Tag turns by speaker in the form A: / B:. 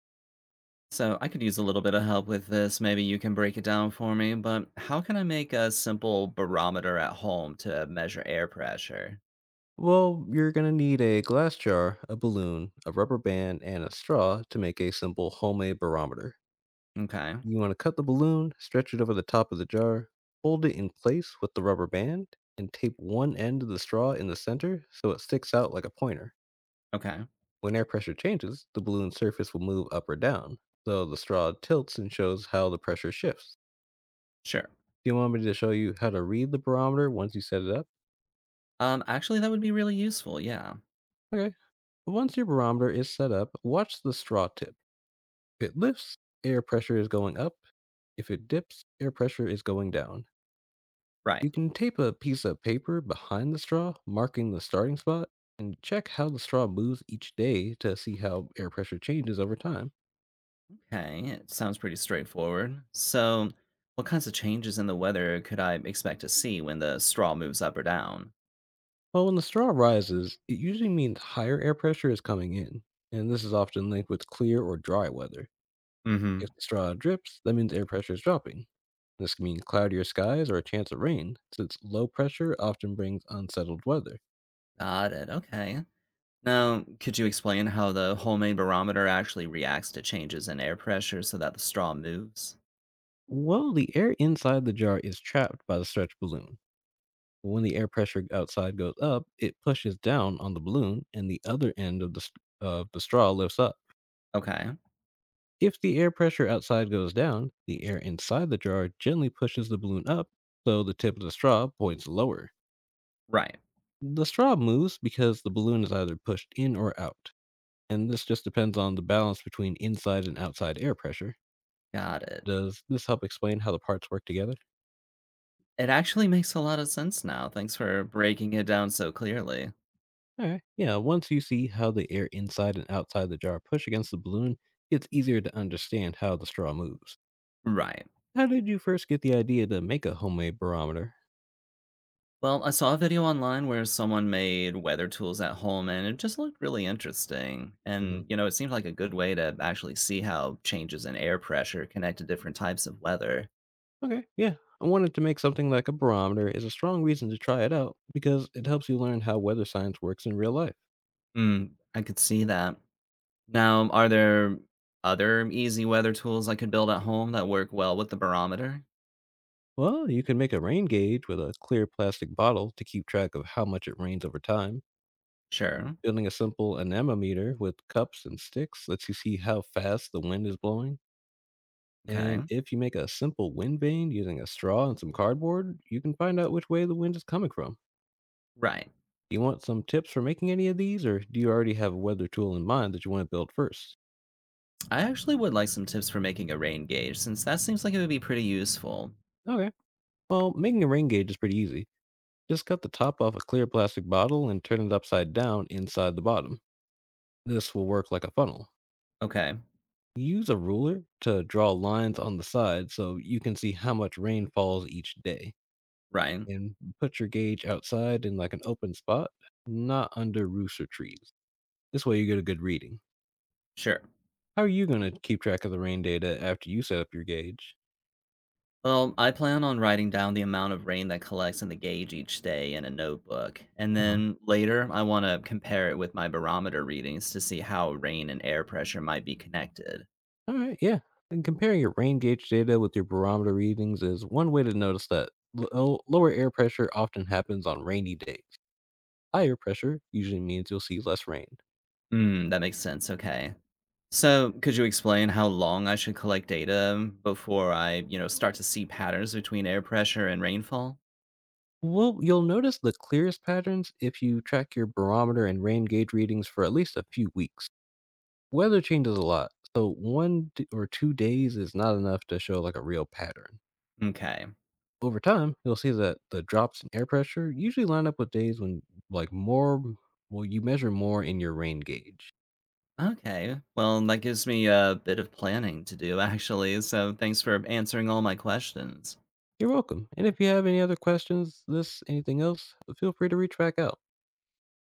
A: So I could use a little bit of help with this. Maybe you can break it down for me, but how can I make a simple barometer at home to measure air pressure?
B: Well, you're going to need a glass jar, a balloon, a rubber band, and a straw to make a simple homemade barometer.
A: Okay.
B: You want to cut the balloon, stretch it over the top of the jar, hold it in place with the rubber band, and tape one end of the straw in the center so it sticks out like a pointer.
A: Okay.
B: When air pressure changes, the balloon surface will move up or down, so the straw tilts and shows how the pressure shifts.
A: Sure.
B: Do you want me to show you how to read the barometer once you set it up?
A: Actually, that would be really useful. Yeah.
B: Okay. Once your barometer is set up, watch the straw tip. If it lifts, air pressure is going up. If it dips, air pressure is going down.
A: Right.
B: You can tape a piece of paper behind the straw, marking the starting spot, and check how the straw moves each day to see how air pressure changes over time.
A: Okay. It sounds pretty straightforward. So what kinds of changes in the weather could I expect to see when the straw moves up or down?
B: Well, when the straw rises, it usually means higher air pressure is coming in, and this is often linked with clear or dry weather.
A: Mhm.
B: If the straw drips, that means air pressure is dropping. This can mean cloudier skies or a chance of rain, since low pressure often brings unsettled weather.
A: Got it. Okay. Now, could you explain how the homemade barometer actually reacts to changes in air pressure so that the straw moves?
B: Well, the air inside the jar is trapped by the stretch balloon. When the air pressure outside goes up, it pushes down on the balloon, and the other end of the straw lifts up.
A: Okay.
B: If the air pressure outside goes down, the air inside the jar gently pushes the balloon up, so the tip of the straw points lower.
A: Right.
B: The straw moves because the balloon is either pushed in or out, and this just depends on the balance between inside and outside air pressure.
A: Got it.
B: Does this help explain how the parts work together?
A: It actually makes a lot of sense now. Thanks for breaking it down so clearly.
B: All right. Yeah. Once you see how the air inside and outside the jar push against the balloon, it's easier to understand how the straw moves.
A: Right.
B: How did you first get the idea to make a homemade barometer?
A: Well, I saw a video online where someone made weather tools at home, and it just looked really interesting.
B: hmm
A: And, you know, it seemed like a good way to actually see how changes in air pressure connect to different types of weather.
B: Okay. Yeah. I wanted to make something like a barometer is a strong reason to try it out because it helps you learn how weather science works in real life.
A: Mm, I could see that. Now, are there other easy weather tools I could build at home that work well with the barometer?
B: Well, you can make a rain gauge with a clear plastic bottle to keep track of how much it rains over time.
A: Sure.
B: Building a simple anemometer with cups and sticks lets you see how fast the wind is blowing.
A: Okay.
B: And if you make a simple wind vane using a straw and some cardboard, you can find out which way the wind is coming from.
A: Right.
B: Do you want some tips for making any of these, or do you already have a weather tool in mind that you want to build first?
A: I actually would like some tips for making a rain gauge, since that seems like it would be pretty useful.
B: Okay. Well, making a rain gauge is pretty easy. Just cut the top off a clear plastic bottle and turn it upside down inside the bottom. This will work like a funnel.
A: Okay,
B: Use a ruler to draw lines on the side so you can see how much rain falls each day.
A: right.
B: And put your gauge outside in like an open spot, not under roofs or trees. This way you get a good reading.
A: Sure.
B: How are you gonna keep track of the rain data after you set up your gauge?
A: Well, I plan on writing down the amount of rain that collects in the gauge each day in a notebook, and
B: Uh-huh.
A: then later I want to compare it with my barometer readings to see how rain and air pressure might be connected.
B: Alright, yeah. And comparing your rain gauge data with your barometer readings is one way to notice that lower air pressure often happens on rainy days. Higher pressure usually means you'll see less rain.
A: Hmm, that makes sense. Okay. So, could you explain how long I should collect data before I start to see patterns between air pressure and rainfall?
B: Well, you'll notice the clearest patterns if you track your barometer and rain gauge readings for at least a few weeks. Weather changes a lot, so one d- or 2 days is not enough to show like a real pattern.
A: Okay.
B: Over time, you'll see that the drops in air pressure usually line up with days when, like, more, well, you measure more in your rain gauge.
A: Okay. Well, that gives me a bit of planning to do, actually. So thanks for answering all my questions.
B: You're welcome. And if you have any other questions, this, anything else, feel free to reach back out.